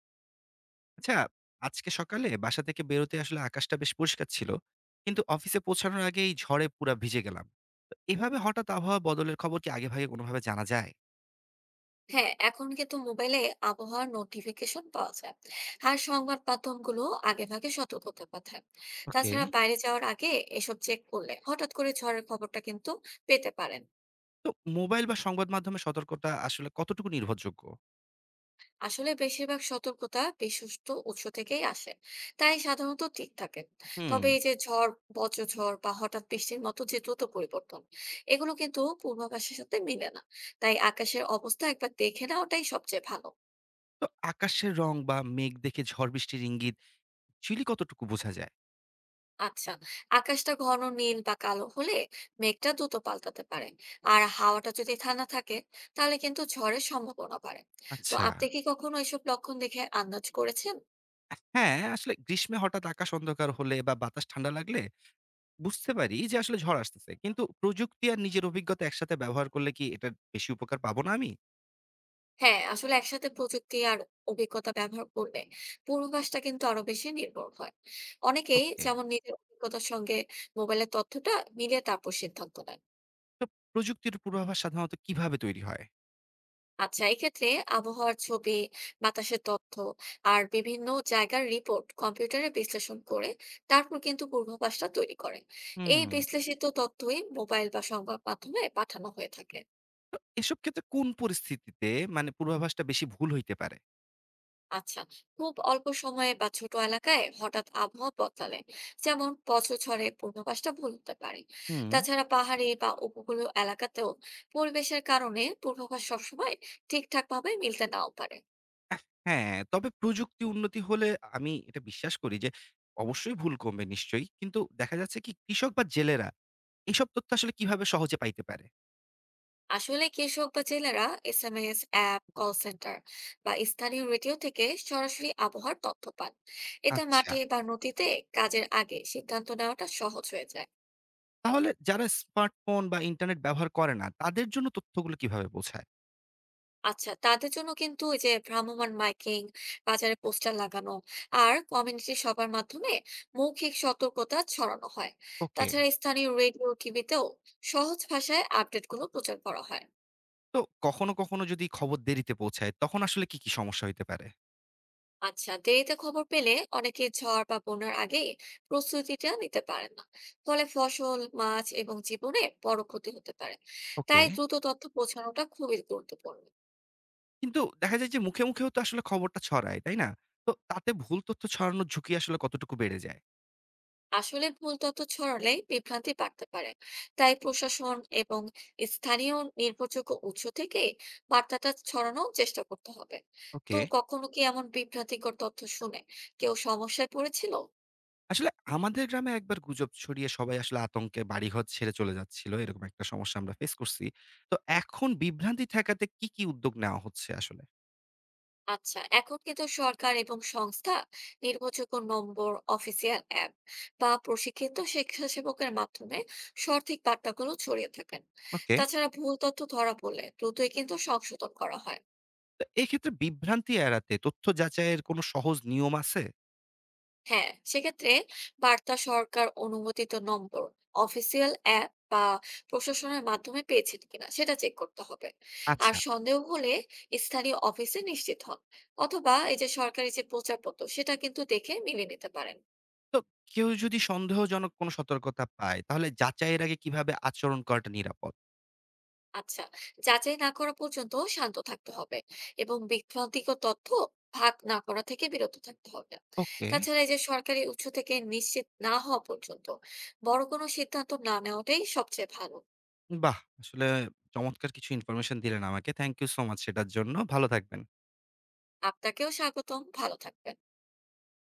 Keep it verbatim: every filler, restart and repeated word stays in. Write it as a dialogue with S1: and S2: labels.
S1: আচ্ছা, আজকে সকালে বাসা থেকে বেরোতে আসলে আকাশটা বেশ পরিষ্কার ছিল। কিন্তু অফিসে পৌঁছানোর আগেই ঝড়ে পুরা ভিজে গেলাম। তো এভাবে হঠাৎ আবহাওয়া বদলের খবর কি আগেভাগে কোনোভাবে জানা যায়?
S2: হ্যাঁ, এখন কিন্তু মোবাইলে আবহাওয়ার নোটিফিকেশন পাওয়া যায়, আর সংবাদ মাধ্যমগুলো আগেভাগে সতর্কতা পাঠায়।
S1: ওকে।
S2: তাছাড়া বাইরে যাওয়ার আগে এসব চেক করলে হঠাৎ করে ঝড়ের খবরটা কিন্তু পেতে পারেন।
S1: তো মোবাইল বা সংবাদ মাধ্যমে সতর্কতা আসলে কতটুকু নির্ভরযোগ্য?
S2: আসলে বেশিরভাগ সতর্কতা বিশ্বস্ত উৎস থেকেই আসে, তাই সাধারণত ঠিক থাকে।
S1: হুম।
S2: তবে এই যে ঝড়, বজ্রঝড় বা হঠাৎ বৃষ্টির মতো যে দ্রুত পরিবর্তন, এগুলো কিন্তু পূর্বাভাসের সাথে মিলে না। তাই আকাশের অবস্থা একবার দেখে নেওয়াটাই সবচেয়ে ভালো।
S1: তো আকাশের রং বা মেঘ দেখে ঝড় বৃষ্টির ইঙ্গিত চুলি কতটুকু বোঝা যায়?
S2: আচ্ছা, আকাশটা ঘন নীল বা কালো হলে মেঘটা দ্রুত পাল্টাতে পারে, আর হাওয়াটা যদি ঠান্ডা থাকে তাহলে কিন্তু ঝড়ের সম্ভাবনা বাড়ে। তো
S1: আচ্ছা।
S2: আপনি কি কখনো এসব লক্ষণ দেখে আন্দাজ করেছেন?
S1: হ্যাঁ, আসলে গ্রীষ্মে হঠাৎ আকাশ অন্ধকার হলে বা বাতাস ঠান্ডা লাগলে বুঝতে পারি যে আসলে ঝড় আসতেছে। কিন্তু প্রযুক্তি আর নিজের অভিজ্ঞতা একসাথে ব্যবহার করলে কি এটার বেশি উপকার পাবো না আমি?
S2: হ্যাঁ, আসলে একসাথে প্রযুক্তি আর অভিজ্ঞতা ব্যবহার করলে পূর্বাভাসটা কিন্তু আরো বেশি নির্ভর হয়। অনেকেই
S1: ওকে।
S2: যেমন নিজের অভিজ্ঞতার সঙ্গে মোবাইলের তথ্যটা মিলিয়ে তারপর সিদ্ধান্ত নেন।
S1: তো প্রযুক্তির পূর্বাভাস সাধারণত কিভাবে তৈরি হয়?
S2: আচ্ছা, এক্ষেত্রে আবহাওয়ার ছবি, বাতাসের তথ্য আর বিভিন্ন জায়গার রিপোর্ট কম্পিউটারে বিশ্লেষণ করে তারপর কিন্তু পূর্বাভাসটা তৈরি করে।
S1: হুম।
S2: এই বিশ্লেষিত তথ্যই মোবাইল বা সংবাদ মাধ্যমে পাঠানো হয়ে থাকে।
S1: তো এসব ক্ষেত্রে কোন পরিস্থিতিতে মানে পূর্বাভাসটা বেশি ভুল হইতে পারে?
S2: আচ্ছা, খুব অল্প সময়ে বা ছোট এলাকায় হঠাৎ আবহাওয়া বদলালে, যেমন বছর ঝড়ে, পূর্বাভাসটা ভুল হতে পারে।
S1: হুম।
S2: তাছাড়া পাহাড়ি বা উপকূলীয় এলাকাতেও পরিবেশের কারণে পূর্বাভাস সবসময় ঠিকঠাক ভাবে মিলতে নাও পারে।
S1: হ্যাঁ, তবে প্রযুক্তি উন্নতি হলে আমি এটা বিশ্বাস করি যে অবশ্যই ভুল কমবে নিশ্চয়ই। কিন্তু দেখা যাচ্ছে কি কৃষক বা জেলেরা এসব তথ্য আসলে কিভাবে সহজে পাইতে পারে?
S2: আসলে কৃষক বা জেলেরা S M S, app, call centre বা স্থানীয় রেডিও থেকে সরাসরি আবহাওয়ার তথ্য পান। এতে
S1: আচ্ছা।
S2: মাঠে বা নদীতে কাজের আগে সিদ্ধান্ত নেওয়াটা সহজ হয়ে যায়।
S1: তাহলে যারা স্মার্টফোন বা ইন্টারনেট ব্যবহার করে না তাদের জন্য তথ্যগুলো কিভাবে পৌঁছায়?
S2: আচ্ছা, তাদের জন্য কিন্তু এই যে ভ্রাম্যমাণ মাইকিং, বাজারে পোস্টার লাগানো আর কমিউনিটি সভার মাধ্যমে মৌখিক সতর্কতা ছড়ানো হয়।
S1: ওকে।
S2: তাছাড়া স্থানীয় রেডিও, টিভিতেও সহজ ভাষায় আপডেটগুলো প্রচার করা হয়।
S1: তো কখনো, কখনো যদি খবর দেরিতে পৌঁছায় তখন আসলে কি, কি সমস্যা হইতে পারে?
S2: আচ্ছা, দেরিতে খবর পেলে অনেকে ঝড় বা বন্যার আগে প্রস্তুতিটা নিতে পারেন না। ফলে ফসল, মাছ এবং জীবনে বড় ক্ষতি হতে পারে।
S1: ওকে।
S2: তাই দ্রুত তথ্য পৌঁছানোটা খুবই গুরুত্বপূর্ণ।
S1: কিন্তু দেখা যায় যে মুখে, মুখেও তো আসলে খবরটা ছড়ায়, তাই না? তো তাতে ভুল তথ্য ছড়ানোর ঝুঁকি আসলে কতটুকু বেড়ে যায়?
S2: আসলে ভুল তথ্য ছড়ালে বিভ্রান্তি বাড়তে পারে, তাই প্রশাসন এবং স্থানীয় নির্ভরযোগ্য উৎস থেকে বার্তাটা ছড়ানোর চেষ্টা করতে হবে। তো
S1: ওকে।
S2: কখনো কি এমন বিভ্রান্তিকর তথ্য শুনে কেউ সমস্যায় পড়েছিল?
S1: আসলে আমাদের গ্রামে একবার গুজব ছড়িয়ে সবাই আসলে আতঙ্কে বাড়িঘর ছেড়ে চলে যাচ্ছিল। এরকম একটা সমস্যা আমরা ফেস করছি। তো এখন বিভ্রান্তি ঠেকাতে কি, কি উদ্যোগ নেওয়া হচ্ছে আসলে?
S2: আচ্ছা, এখন কিন্তু সরকার এবং সংস্থা নির্ভরযোগ্য নম্বর, অফিসিয়াল অ্যাপ বা প্রশিক্ষিত স্বেচ্ছাসেবকের মাধ্যমে সঠিক বার্তাগুলো ছড়িয়ে থাকেন।
S1: ওকে।
S2: তাছাড়া ভুল তথ্য ধরা পড়লে দ্রুতই কিন্তু সংশোধন করা হয়।
S1: তো এক্ষেত্রে বিভ্রান্তি এড়াতে তথ্য যাচাইয়ের কোনো সহজ নিয়ম আছে?
S2: হ্যাঁ, সেক্ষেত্রে বার্তা সরকার অনুমোদিত নম্বর, অফিসিয়াল অ্যাপ বা প্রশাসনের মাধ্যমে পেয়েছেন কিনা সেটা চেক করতে হবে। আর
S1: আচ্ছা।
S2: সন্দেহ হলে স্থানীয় অফিসে নিশ্চিত হন, অথবা এই যে সরকারি যে প্রচারপত্র সেটা কিন্তু দেখে মিলিয়ে নিতে পারেন।
S1: তো কেউ যদি সন্দেহজনক কোনো সতর্কতা পায়, তাহলে যাচাইয়ের আগে কিভাবে আচরণ করাটা নিরাপদ?
S2: আচ্ছা, যাচাই না করা পর্যন্ত শান্ত থাকতে হবে এবং বিভ্রান্তিকর তথ্য ভাগ না করা থেকে বিরত থাকতে হবে।
S1: ওকে।
S2: তাছাড়া এই যে সরকারি উৎস থেকে নিশ্চিত না হওয়া পর্যন্ত বড় কোনো সিদ্ধান্ত না নেওয়াটাই সবচেয়ে ভালো।
S1: বাহ! আসলে চমৎকার কিছু ইনফরমেশন দিলেন আমাকে। থ্যাংক ইউ সো মাচ সেটার জন্য। ভালো থাকবেন।
S2: আপনাকেও স্বাগতম, ভালো থাকবেন।